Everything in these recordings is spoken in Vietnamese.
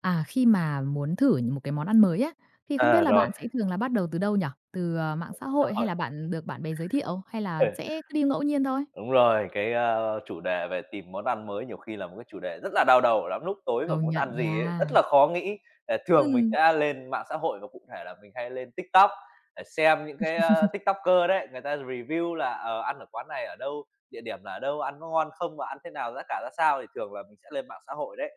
À, khi mà muốn thử một cái món ăn mới á, thì không biết À, là rồi, bạn sẽ thường là bắt đầu từ đâu nhỉ? Từ, mạng xã hội hay rồi, là bạn được bạn bè giới thiệu, hay là ừ, sẽ cứ đi ngẫu nhiên thôi? đúng rồi, cái, chủ đề về tìm món ăn mới nhiều khi là một cái chủ đề rất là đau đầu lắm, lúc tối mà Công muốn nhận ăn gì ấy, nha. rất là khó nghĩ. Thường mình Ừ. sẽ lên mạng xã hội và cụ thể là mình hay lên TikTok để xem những cái, TikToker đấy, người ta review là, ăn ở quán này ở đâu, địa điểm là ở đâu, ăn có ngon không và ăn thế nào, giá cả ra sao thì thường là mình sẽ lên mạng xã hội đấy.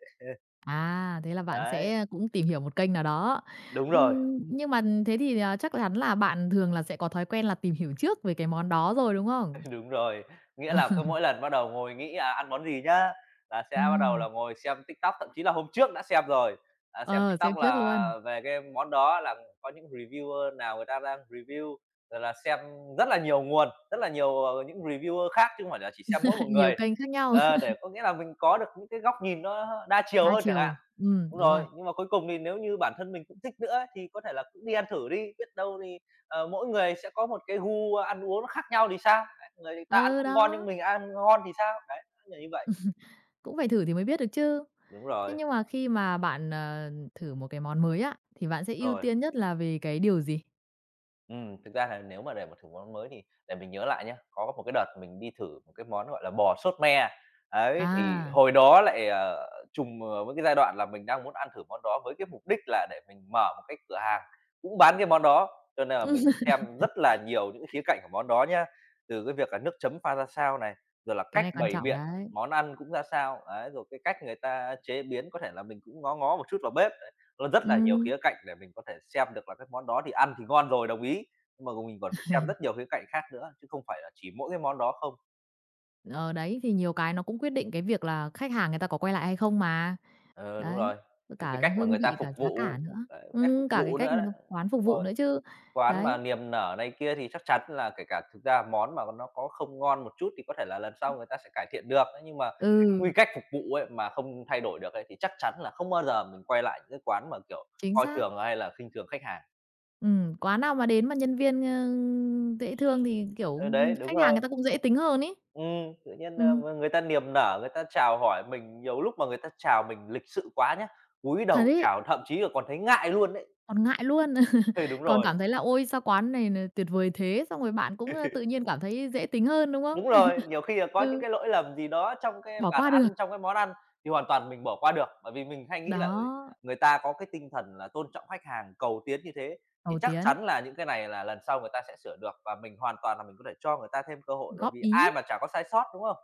À, thế là bạn Đấy, sẽ cũng tìm hiểu một kênh nào đó. đúng rồi. Ừm, nhưng mà thế thì, chắc chắn là bạn thường là sẽ có thói quen là tìm hiểu trước về cái món đó rồi, đúng không? Đúng rồi, nghĩa là cứ mỗi lần bắt đầu ngồi nghĩ, ăn món gì nhá, là sẽ bắt đầu Ừm, là ngồi xem TikTok, thậm chí là hôm trước đã xem rồi, xem ờ, TikTok xem trước là luôn. về cái món đó là có những reviewer nào người ta đang review, rồi là xem rất là nhiều nguồn, rất là nhiều, những reviewer khác chứ không phải là chỉ xem mỗi một Nhiều người. kênh khác nhau, Ờ, để có nghĩa là mình có được những cái góc nhìn nó đa chiều đa hơn chẳng hạn. chiều. Ừ Đúng đúng rồi. rồi, nhưng mà cuối cùng thì nếu như bản thân mình cũng thích nữa thì có thể là cũng đi ăn thử đi, biết đâu thì, mỗi người sẽ có một cái gu ăn uống nó khác nhau thì sao? Người ta ăn Ừ, không ngon đó. nhưng mình ăn ngon thì sao? Đấy, nó như vậy. Cũng phải thử thì mới biết được chứ. Đúng Thế rồi, nhưng mà khi mà bạn, thử một cái món mới á, thì bạn sẽ ưu rồi. tiên nhất là về cái điều gì? Thực ra là nếu mà để mà thử món mới thì để mình nhớ lại nhá, có một cái đợt mình đi thử một cái món, gọi là, bò sốt me, ấy, thì À, hồi đó lại, trùng, với cái giai đoạn là mình đang muốn ăn thử món đó với cái mục đích là để mình mở một cái cửa hàng cũng bán cái món đó. Cho nên là mình xem rất là nhiều những khía cạnh của món đó nhá, từ cái việc là nước chấm pha ra sao này, rồi là cái cách này quan bày trọng biện, đấy. món ăn cũng ra sao, ấy, rồi cái cách người ta chế biến, có thể là mình cũng ngó ngó một chút vào bếp. Nó rất là nhiều Ừm, khía cạnh để mình có thể xem được là cái món đó thì ăn thì ngon rồi, đồng ý, nhưng mà mình còn phải xem rất nhiều khía cạnh khác nữa, chứ không phải là chỉ mỗi cái món đó không. ờ, Đấy, thì nhiều cái nó cũng quyết định cái việc là khách hàng người ta có quay lại hay không mà. Ừ, đúng Đấy, rồi, với từ cái cả cách mà hương người ta vị, phục cả giá cả vụ, nữa. đấy, cách phục Cả cái vụ cách nữa người đấy. ta quán Đúng phục vụ rồi, nữa chứ. quán mà Đấy, niềm nở này kia thì chắc chắn là kể cả thực ra món mà nó có không ngon một chút thì có thể là lần sau người ta sẽ cải thiện được, thế nhưng mà cái ừ, quy cách phục vụ ấy mà không thay đổi được ấy thì chắc chắn là không bao giờ mình quay lại những cái quán mà, kiểu, chính coi xác. thường hay là khinh thường khách hàng. Quán nào mà đến mà nhân viên, dễ thương thì, kiểu, Ừ, đấy, khách đúng hàng người rồi. ta cũng dễ tính hơn ấy. Tự nhiên, a, Ừm, m người ta niềm nở, người ta chào hỏi mình, nhiều lúc mà người ta chào mình lịch sự quá nhá, cúi Thật đầu ấy. chào thậm chí là còn thấy ngại luôn đấy. Còn ngại luôn, Ừ, còn cảm thấy là "Ôi, sao quán này n tuyệt vời thế!" Xong rồi bạn cũng, ơ, tự nhiên cảm thấy dễ tính hơn, đúng không? đúng rồi, nhiều khi là có những Ừ, cái lỗi lầm gì đó trong cái bỏ bàn qua được. ăn, trong cái món ăn thì hoàn toàn mình bỏ qua được, bởi vì mình hay nghĩ là, Đó, người ta có cái tinh thần là tôn trọng khách hàng, cầu tiến như thế thì cầu chắc tiến, chắn là những cái này là lần sau người ta sẽ sửa được và mình hoàn toàn là mình có thể cho người ta thêm cơ hội, bởi góp vì ý, ai mà chả có sai sót, đúng không?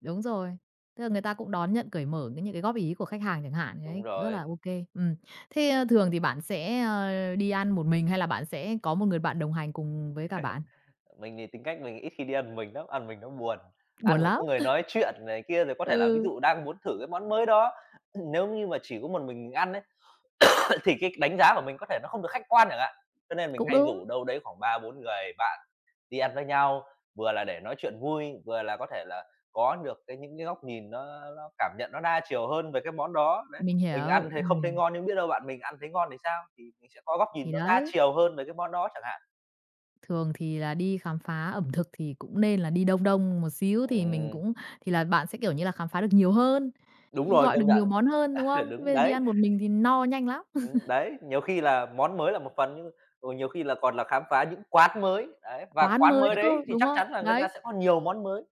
đúng rồi, tức là người ta cũng đón nhận cởi mở cái những cái góp ý của khách hàng chẳng hạn, Đúng đấy, cũng rất là rồi. ok. kê. Thế, thường thì bạn sẽ, đi ăn một mình hay là bạn sẽ có một người bạn đồng hành cùng với cả bạn? Mình thì tính cách mình ít khi đi ăn mình lắm, ăn mình nó buồn, ăn Buồn phải lắm. có người nói chuyện này kia, rồi có thể là ví Ừ, dụ đang muốn thử cái món mới đó, nếu như mà chỉ có một mình ăn ấy, thì cái đánh giá của mình có thể nó không được khách quan chẳng hạn. Cho nên mình cũng hay đúng, rủ đâu đấy khoảng 3 4 người bạn đi ăn với nhau, vừa là để nói chuyện vui, vừa là có thể là có được cái những cái góc nhìn nó cảm nhận nó đa chiều hơn về cái món đó, đấy. mình Mình ăn hiểu, thì không thấy ngon nhưng biết đâu bạn mình ăn thấy ngon thì sao? Thì mình sẽ có góc nhìn thì nó đa đấy. chiều hơn về cái món đó chẳng hạn. Thường thì là đi khám phá ẩm thực thì cũng nên là đi đông đông một xíu thì mình Ừm, cũng thì là bạn sẽ, kiểu như là, khám phá được nhiều hơn, đúng cũng rồi, gọi được công nhiều nhận. món hơn, đúng không? Chứ Đúng, bây giờ đi đấy. ăn một mình thì no nhanh lắm, Đấy, nhiều khi là món mới là một phần nhưng rồi nhiều khi là còn là khám phá những quán mới, đấy, và quán quán mới nữa mới đấy cơ, thì đúng chắc không? chắn là người ta Đấy, sẽ có nhiều món mới.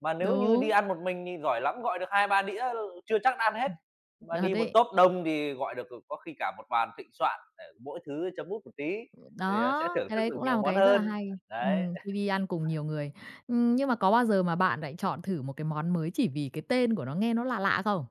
Mà nếu như đi đúng, ăn một mình thì giỏi lắm gọi được 2 3 đĩa, ừ, chưa chắc đã ăn hết, mà thật đi một đấy. tốp đông thì gọi được, có khi cả một bàn thịnh soạn để mỗi thứ chấm mút một tí, thì, sẽ Đó, thưởng cái thức đấy được cũng là nhiều một món cái rất là hơn. hay, Đấy. Khi đi ăn cùng nhiều người. Nhưng mà có bao giờ mà bạn lại chọn thử một cái món mới chỉ vì cái tên của nó nghe nó lạ lạ không?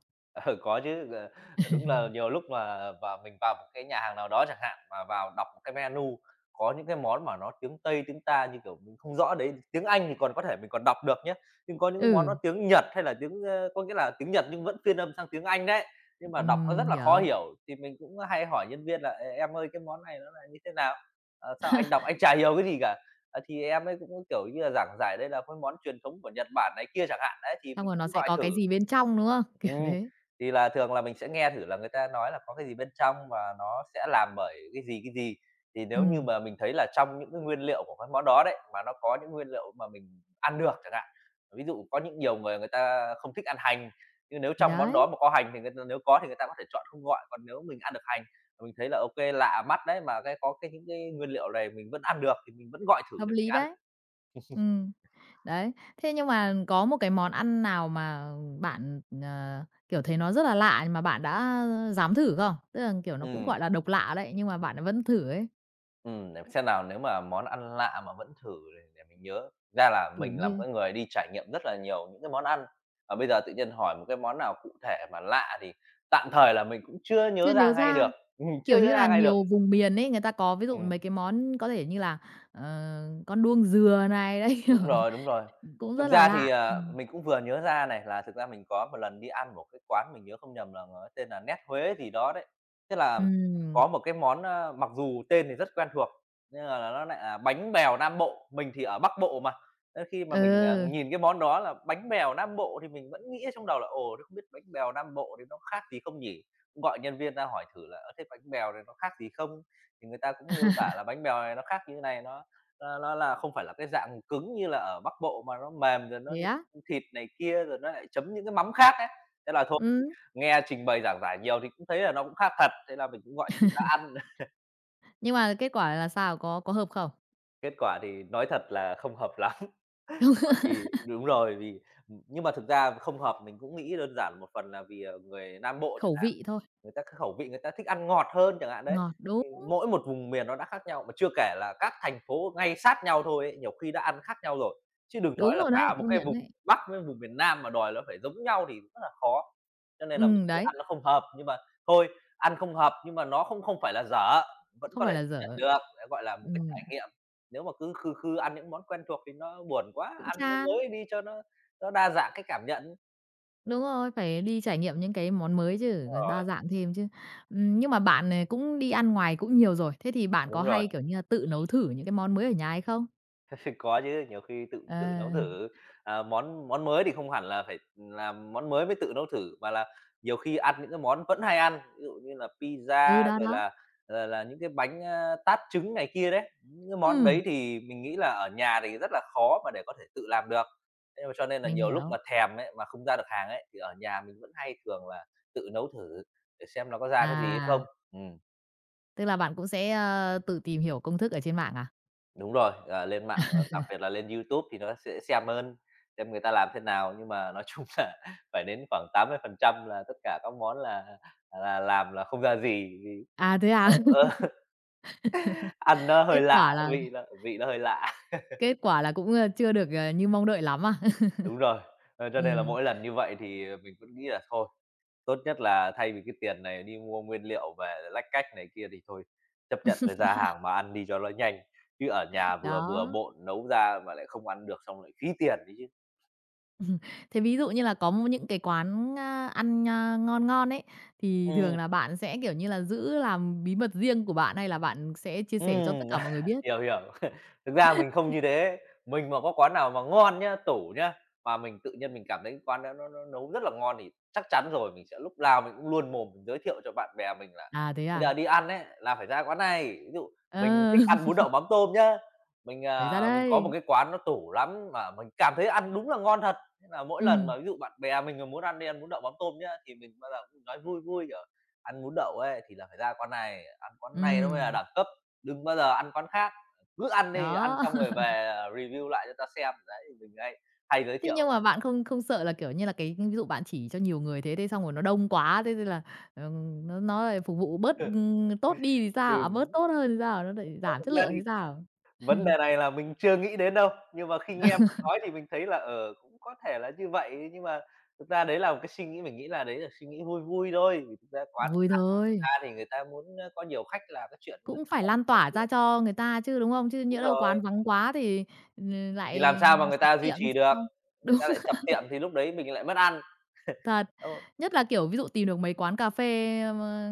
Ừ, có chứ, đúng là nhiều lúc mà vào mình vào một cái nhà hàng nào đó chẳng hạn, mà vào đọc cái menu có những cái món mà nó tiếng Tây, tiếng ta như kiểu mình không rõ đấy, tiếng Anh thì còn có thể mình còn đọc được nhá, nhưng có những cái món nó Ừ, tiếng Nhật hay là tiếng, có nghĩa là tiếng Nhật nhưng vẫn phiên âm sang tiếng Anh đấy, nhưng mà đọc nó rất là khó hiểu, hiểu, thì mình cũng hay hỏi nhân viên là "Ê, em ơi, cái món này nó là như thế nào? Ờ, sao anh đọc anh chả hiểu cái gì cả?" Thì em ấy cũng, kiểu như là, giảng giải đây là cái món truyền thống của Nhật Bản này kia chẳng hạn, đấy, thì xong mình rồi nó cũng sẽ gọi có thử. cái gì bên trong, đúng không? Kiểu Ừm, thế. thì là thường là mình sẽ nghe thử là người ta nói là có cái gì bên trong và nó sẽ làm bởi cái gì, cái gì. Thì nếu như Ừm, mà mình thấy là trong những cái nguyên liệu của cái món đó đấy, mà nó có những nguyên liệu mà mình ăn được chẳng hạn. Ví dụ có những nhiều người người ta không thích ăn hành, nhưng nếu thì trong món đấy. đó mà có hành thì người ta nếu có thì người ta có thể chọn không gọi, còn nếu mình ăn được hành, mình thấy là ok lạ mắt đấy, mà cái có cái những cái nguyên liệu này mình vẫn ăn được thì mình vẫn gọi thử Hợp để mình lý ăn. đấy. Ừm, đấy. Thế nhưng mà có một cái món ăn nào mà bạn, kiểu, thấy nó rất là lạ mà bạn đã dám thử không? Tức là, kiểu, nó cũng, Ừm. gọi là, độc lạ đấy, nhưng mà bạn vẫn thử ấy, Để xem nào nếu mà món ăn lạ mà vẫn thử để mình nhớ. Ra là kiểu mình là một như cái người đi trải nghiệm rất là nhiều những cái món ăn, và bây giờ tự nhiên hỏi một cái món nào cụ thể mà lạ thì tạm thời là mình cũng chưa chưa nhớ ra nhớ ngay ra, được, kiểu chưa nhớ như là, ra ngay được. nhiều vùng miền ấy, người ta có ví dụ mấy cái món có thể như là, ờ, con đuông dừa này đấy, Đúng kiểu, rồi, đúng rồi. cũng Thực rất là ra thì, lạ. Ừm. mình cũng vừa nhớ ra này, là thực ra mình có một lần đi ăn một cái quán mình nhớ không nhầm là nó tên là Nét Huế gì đó đấy. Tức là Ừm, có một cái món, mặc dù tên thì rất quen thuộc, nhưng mà là nó lại là bánh bèo Nam Bộ, mình thì ở Bắc Bộ mà, thế khi mà mình, ừ, nhìn cái món đó là bánh bèo Nam Bộ thì mình vẫn nghĩ trong đầu là "Ồ, thế không biết bánh bèo Nam Bộ thì nó khác gì không nhỉ?" Cũng gọi nhân viên ra hỏi thử là "Ơ, thế bánh bèo này nó khác gì không?" Thì người ta cũng miêu tả là bánh bèo này nó khác như thế này, nó là không phải là cái dạng cứng như là ở Bắc Bộ mà nó mềm rồi nó thế á? như thịt này kia, rồi nó lại chấm những cái mắm khác ấy. Thế là thôi, Ừm, nghe trình bày giảng giải nhiều thì cũng thấy là nó cũng khác thật, thế là mình cũng gọi thử ra ăn. nhưng mà kết quả là sao? Có hợp không? Kết quả thì nói thật là không hợp lắm, bởi vì đúng rồi, vì nhưng mà thực ra không hợp mình cũng nghĩ đơn giản một phần là vì, người Nam Bộ chẳng Khẩu hạn. vị thôi, Người ta cái khẩu vị người ta thích ăn ngọt hơn chẳng hạn đấy, ngọt, đúng. thì mỗi một vùng miền nó đã khác nhau, mà chưa kể là các thành phố ngay sát nhau thôi ấy, nhiều khi đã ăn khác nhau rồi, chứ đừng nói Đúng là rồi đấy, cả một công cái nhận vùng đấy. Bắc với vùng miền Nam mà đòi nó phải giống nhau thì rất là khó. Cho nên là mình thấy Đấy, ăn nó không hợp, nhưng mà thôi, ăn không hợp nhưng mà nó không không phải là dở, vẫn không có phải thể là chấp nhận dở. được, đấy, gọi là một cái Ừm, trải nghiệm. Nếu mà cứ khư khư ăn những món quen thuộc thì nó buồn quá, Cũng ăn món chán. mới đi cho nó đa dạng cái cảm nhận. Đúng rồi, phải đi trải nghiệm những cái món mới chứ, Đúng còn đa rồi, dạng thêm chứ. Nhưng mà bạn, cũng đi ăn ngoài cũng nhiều rồi, thế thì bạn có đúng rồi. hay, kiểu như là, tự nấu thử những cái món mới ở nhà hay không? Có chứ, nhiều khi tự tự nấu Ờ, thử, món món mới thì không hẳn là phải làm món mới mới tự nấu thử, mà là nhiều khi ăn những cái món vẫn hay ăn, ví dụ như là ừ, pizza đó, rồi đó. là là những cái bánh, tát trứng này kia đấy. Những cái món Ừm, đấy thì mình nghĩ là ở nhà thì rất là khó mà để có thể tự làm được. Thế mà cho nên là mình nhiều lúc hiểu. mà thèm ấy, mà không ra được hàng ấy, thì ở nhà mình vẫn hay thường là tự nấu thử để xem nó có ra cái gì hay À, không. Ừm. tức là bạn cũng sẽ, tự tìm hiểu công thức ở trên mạng à? Đúng rồi, lên mạng, đặc biệt là lên YouTube thì nó sẽ xem hơn, xem người ta làm thế nào, nhưng mà nói chung là phải đến khoảng 80% là tất cả các món là làm là không ra gì, vì À, thế à? nó ăn nó Kết hơi lạ, quả là vị nó hơi lạ. Cũng, chưa được, như mong đợi lắm à? Đúng rồi, cho nên là Ừm, mỗi lần như vậy thì, mình vẫn nghĩ là thôi, tốt nhất là thay vì cái tiền này đi mua nguyên liệu về lách cách này kia thì thôi, chấp nhận là ra hàng mà ăn đi cho nó nhanh, chứ ở nhà vừa bừa đó. bộn nấu ra mà lại không ăn được xong lại phí tiền đấy chứ. Thế ví dụ như là có những cái quán, ăn, ngon ngon ấy, thì thường Ừm. là bạn sẽ, kiểu như là, giữ làm bí mật riêng của bạn hay là bạn sẽ chia sẻ cho tất Ừm, cả mọi người biết? hiểu, hiểu. Thực ra mình không như thế, mình mà có quán nào mà ngon nhá, tủ nhá, mà mình tự nhiên mình cảm thấy quán đó nó nấu rất là ngon thì chắc chắn rồi, mình sẽ lúc nào mình cũng luôn mồm mình giới thiệu cho bạn bè mình là À, thế "Bây à? giờ đi ăn ấy, là phải ra quán này." Ví dụ mình Ờ, thích ăn bún đậu mắm tôm nhá, phải ra mình có một đây. cái quán nó tủ lắm mà mình cảm thấy ăn đúng là ngon thật, thế là mỗi lần Ừm, mà ví dụ bạn bè mình mà muốn ăn đi ăn bún đậu mắm tôm nhá, thì mình bao giờ cũng nói vui vui, kiểu: "Ăn bún đậu ấy thì là phải ra quán này, ăn quán này nó mới là ừm, đẳng cấp." Đừng bao giờ ăn quán khác, cứ ăn đi, ăn đó. xong rồi về, review lại cho ta xem. Đấy, mình hay hay giới Thế nhưng thiệu. mà bạn không không sợ là, kiểu như là, cái ví dụ bạn chỉ cho nhiều người thế, thế xong rồi nó đông quá, thế thế là, nó lại phục vụ bớt, tốt đi thì sao? À, bớt Thì tốt hơn thì sao? Nó lại giảm thực chất ra lượng thì thì sao? vấn đề này là mình chưa nghĩ đến đâu, nhưng mà khi nghe bạn nói thì mình thấy là, cũng có thể là như vậy, nhưng mà thực ra đấy là một cái suy nghĩ mình nghĩ là đấy là suy nghĩ vui vui thôi, vì thực ra quán Vui ăn người thôi. ta thì người ta muốn, có nhiều khách là cái chuyện nó Cũng phải lan dễ tỏa ra hiểu. cho người ta chứ, đúng không? Chứ nhỡ Đúng đâu rồi, quán vắng quá thì, ừ, thì làm lại sao mà người sập ta duy tiệm trì được, sao? người Đúng, ta lại sập tiệm thì lúc đấy mình lại mất ăn, thật. đúng không? Nhất là, kiểu, ví dụ tìm được mấy quán cà phê,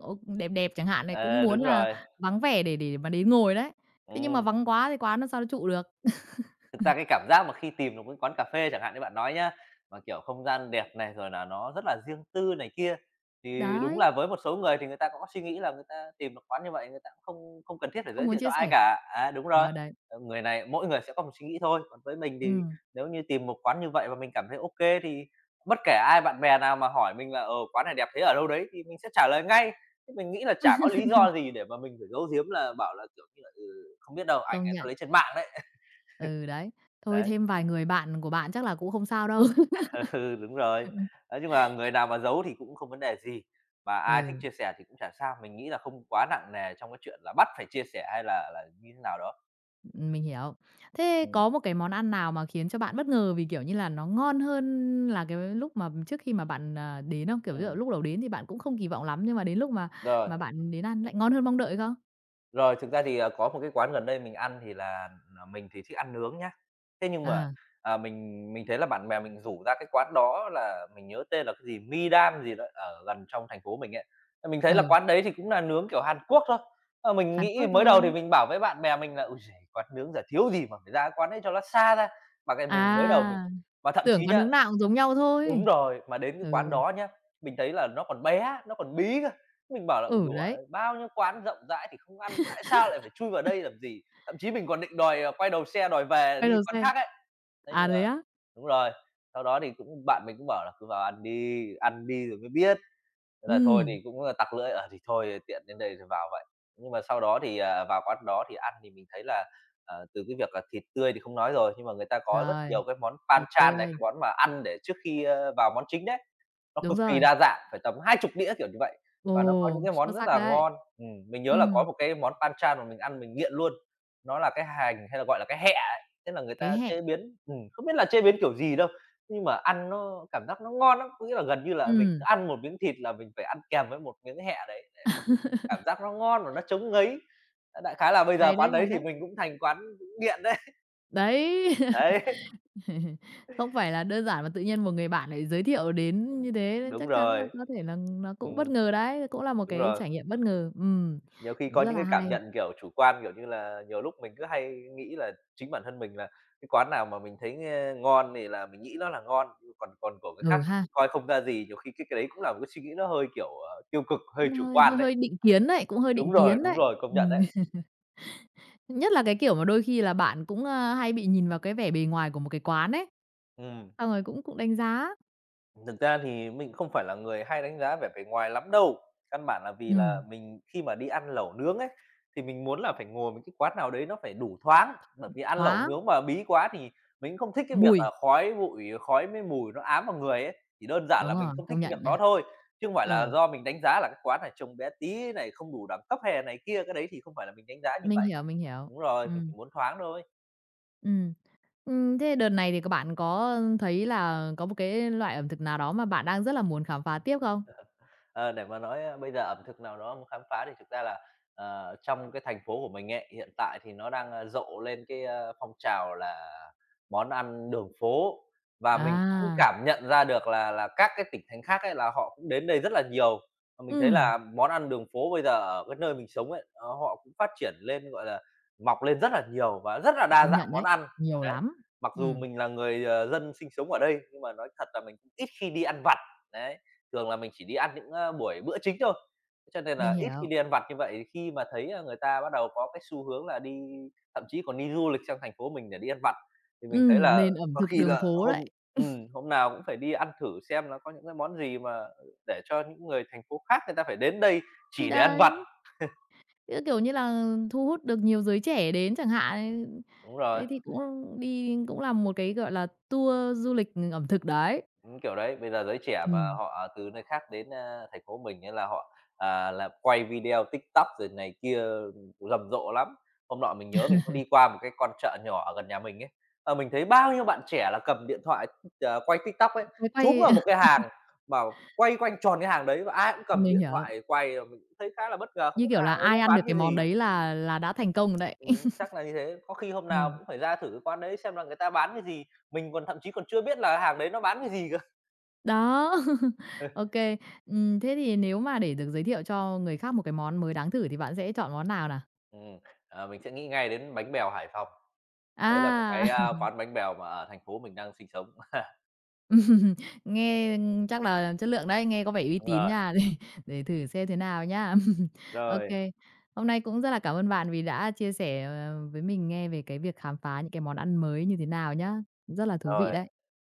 ô đẹp đẹp chẳng hạn này, cũng Ờ, muốn đúng là rồi, vắng vẻ để mà đến ngồi đấy. Thế nhưng mà ừm. vắng quá thì quán làm sao nó trụ được. Thực ra cái cảm giác mà khi tìm được một cái quán cà phê chẳng hạn như bạn nói nhá, mà, kiểu, không gian đẹp này, rồi là nó rất là riêng tư này kia, thì đúng Đấy, là với một số người thì người ta cũng có suy nghĩ là người ta tìm được quán như vậy, người ta cũng không không cần thiết phải không giới muốn thiệu chia cho ai sẻ. cả. À, đúng rồi, Đó, đấy. Người này mỗi người sẽ có một suy nghĩ thôi, còn với mình thì Ừm, nếu như tìm một quán như vậy và mình cảm thấy ok thì bất kể ai bạn bè nào mà hỏi mình là "Ờ, quán này đẹp thế ở đâu đấy?" thì mình sẽ trả lời ngay. Chứ mình nghĩ là chả có lý do gì để mà mình phải giấu giếm là bảo là, kiểu như là, ừ, không biết đâu, ảnh Công người ta nhận. lấy trên mạng đấy. Ừ, đấy. Thôi Đấy. thêm vài người bạn của bạn chắc là cũng không sao đâu. Ừ, đúng rồi. Ấy, nhưng mà người nào mà giấu thì cũng không vấn đề gì, mà ai thích Ừ. chia sẻ thì cũng chả sao, mình nghĩ là không quá nặng nề trong cái chuyện là bắt phải chia sẻ hay là như thế nào đó. Mình hiểu. Thế Ừ. có một cái món ăn nào mà khiến cho bạn bất ngờ vì, kiểu như là, nó ngon hơn là cái lúc mà trước khi mà bạn, đến không? Kiểu, ví dụ Ừm. lúc đầu đến thì bạn cũng không kỳ vọng lắm, nhưng mà đến lúc mà Rồi. mà bạn đến ăn lại ngon hơn mong đợi không? Rồi, thực ra thì, có một cái quán gần đây mình ăn thì là, mình thì thích ăn nướng nhá. Thế nhưng mà, Ờ, mình thấy là bạn bè mình rủ ra cái quán đó là mình nhớ tên là cái gì, Midam gì đó, ở gần trong thành phố mình ấy. Ờ, mình thấy là ừ, quán đấy thì cũng là nướng kiểu Hàn Quốc thôi. Ờ, mình Hàn nghĩ Quốc mới đầu thì thôi. mình bảo với bạn bè mình là ui giời, quán nướng giờ thiếu gì mà phải ra cái quán đấy cho nó xa ra." Mà cái mình mới đầu mình À, và thậm tưởng chí quán nhá nướng nào cũng giống nhau Đúng thôi. rồi, mà đến cái quán Ừ, đó nhá, mình thấy là nó còn bé, nó còn bí cơ. Mình bảo là ừ, "Đùa, đấy, bao nhiêu quán rộng rãi thì không ăn, tại sao lại phải chui vào đây làm gì?" Thậm chí mình còn định đòi, quay đầu xe đòi về đi quán KFC. khác ấy. Thế À, nhưng đấy mà á? đúng rồi, sau đó thì cũng bạn mình cũng bảo là "Cứ vào ăn đi rồi mới biết." Thế là thôi thì Ừm, cũng, là tặc lưỡi, thì thôi tiện đến đây rồi vào vậy. Nhưng mà sau đó thì, vào quán đó thì ăn thì mình thấy là, từ cái việc là thịt tươi thì không nói rồi, nhưng mà người ta có rất rồi, nhiều cái món thịt banchan này, tươi. cái món mà ăn để trước khi, vào món chính đấy. Nó Đúng cực kỳ rồi. đa dạng, phải tầm 20 đĩa, kiểu như vậy, và nó có Ồ, những cái xuất món rất sắc là đấy. ngon. Mình nhớ là có Ừm, một cái món panchan mà mình ăn mình nghiện luôn, nó là cái hành hay là, gọi là, cái hẹ ấy, tức là người cái ta hẹ. chế biến không biết là chế biến kiểu gì đâu, nhưng mà ăn nó cảm giác nó ngon lắm. Có nghĩa là gần như là mình cứ Ừm, ăn một miếng thịt là mình phải ăn kèm với một miếng hẹ đấy, để cảm giác nó ngon và nó chống ngấy. Ơ, đại khái là bây giờ hay quán đấy, đấy hay thì đấy. mình cũng thành quán nghiện đấy. Đấy, Đấy, không phải là đơn giản mà tự nhiên một người bạn lại giới thiệu đến như thế nên đúng chắc chắn là rồi. có thể là nó cũng bất Ừm, ngờ đấy, cũng là một đúng cái rồi. trải nghiệm bất ngờ. Nhiều khi Cũng có rất những là cái cảm hay. nhận, kiểu, chủ quan, kiểu như là, nhiều lúc mình cứ hay nghĩ là chính bản thân mình là cái quán nào mà mình thấy, ngon thì là mình nghĩ nó là ngon, còn còn của cái Ừ khác thì ha, mình coi không ra gì, nhiều khi cái đấy cũng là một cái suy nghĩ nó hơi, kiểu, tiêu cực, hơi cũng chủ hơi quan hơi đấy. hơi định kiến đấy, cũng hơi định kiến Đúng đấy. rồi, công nhận Ừm, đấy. Nhất là cái kiểu mà đôi khi là bạn cũng, hay bị nhìn vào cái vẻ bề ngoài của một cái quán ấy. Ừm. Xong rồi cũng cũng đánh giá. Thực ra thì mình không phải là người hay đánh giá vẻ bề ngoài lắm đâu. Căn bản là vì là Ừm, mình khi mà đi ăn lẩu nướng ấy, thì mình muốn là phải ngồi một cái quán nào đấy nó phải đủ thoáng, bởi vì ăn lẩu thoáng, nướng mà bí quá thì mình cũng không thích cái việc mùi, là khói bụi, khói với mùi nó ám vào người ấy. Chỉ đơn giản đúng là mình rồi, không thích công cái nhận việc đó nha. thôi, chứ không phải là Ừ, do mình đánh giá là cái quán này trông bé tí này, không đủ đẳng cấp hè này kia, cái đấy thì không phải là mình đánh giá như mình vậy. hiểu, mình hiểu. Đúng rồi, mình Ừm, chỉ muốn thoáng thôi. ừm. Thế đợt này thì các bạn có thấy là có một cái loại ẩm thực nào đó mà bạn đang rất là muốn khám phá tiếp không? Ờ, để mà nói, bây giờ ẩm thực nào đó muốn khám phá thì thực ra là, trong cái thành phố của mình ấy, hiện tại thì nó đang, rộ lên cái, phong trào là món ăn đường phố. Và mình cũng À, cảm nhận ra được là các cái tỉnh thành khác ấy là họ cũng đến đây rất là nhiều. Và mình thấy ừ, là món ăn đường phố bây giờ ở cái nơi mình sống ấy, họ cũng phát triển lên, gọi là, mọc lên rất là nhiều và rất là đa công dạng nhận món đấy, ăn. nhiều Đấy, lắm. mặc dù Ừ, mình là người, dân sinh sống ở đây, nhưng mà nói thật là mình cũng ít khi đi ăn vặt, đấy. Thường là mình chỉ đi ăn những, buổi bữa chính thôi, cho nên là mình ít khi hiểu. đi ăn vặt như vậy. Khi mà thấy, người ta bắt đầu có cái xu hướng là đi thậm chí còn đi du lịch sang thành phố mình để đi ăn vặt, thì Ừ, mình thấy là nền ẩm có thực khi đường là phố hôm đấy. Hôm nào cũng phải đi ăn thử xem nó có những cái món gì mà để cho những người thành phố khác người ta phải đến đây Thì chỉ để ăn vặt. đấy, cứ kiểu như là thu hút được nhiều giới trẻ đến chẳng hạn. Ấy. Đúng rồi. Đấy thì cũng đi cũng là một cái, gọi là, tour du lịch ẩm thực đấy. Kiểu đấy, bây giờ giới trẻ mà Ừm, họ từ nơi khác đến, thành phố mình ấy là họ, là quay video TikTok rồi này kia, rầm rộ lắm. Hôm nọ mình nhớ mình có đi qua một cái con chợ nhỏ ở gần nhà mình ấy, mình thấy bao nhiêu bạn trẻ là cầm điện thoại, quay TikTok ấy, quay chúm quay. vào một cái hàng mà quay quanh tròn cái hàng đấy và ai cũng cầm Mình điện hiểu, thoại quay, mình cũng thấy khá là bất ngờ, không như biết kiểu là là hàng đấy nó ai ăn được bán cái cái món gì. đấy là đã thành công rồi đấy. Chắc là như thế, có khi hôm nào Ừm. cũng phải ra thử cái quán đấy xem là người ta bán cái gì, mình còn thậm chí còn chưa biết là hàng đấy nó bán cái gì Đó, ok. Thế thì nếu mà để được giới thiệu cho người khác một cái món mới đáng thử thì bạn sẽ chọn món nào nào? Ừm, mình sẽ nghĩ ngay đến bánh bèo Hải Phòng, đấy là một À, cái, quán bánh bèo mà ở thành phố mình đang sinh sống. nghe chắc là chất lượng đấy, nghe có vẻ uy Đúng tín rồi, nha, để thử xem thế nào nhá. Ok, rồi, hôm nay cũng rất là cảm ơn bạn vì đã chia sẻ, với mình nghe về cái việc khám phá những cái món ăn mới như thế nào nhá. Rất là thú vị rồi, đấy.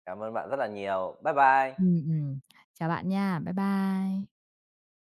cảm ơn bạn rất là nhiều. Bye bye. Ừm, ừm. Chào bạn nha, bye bye.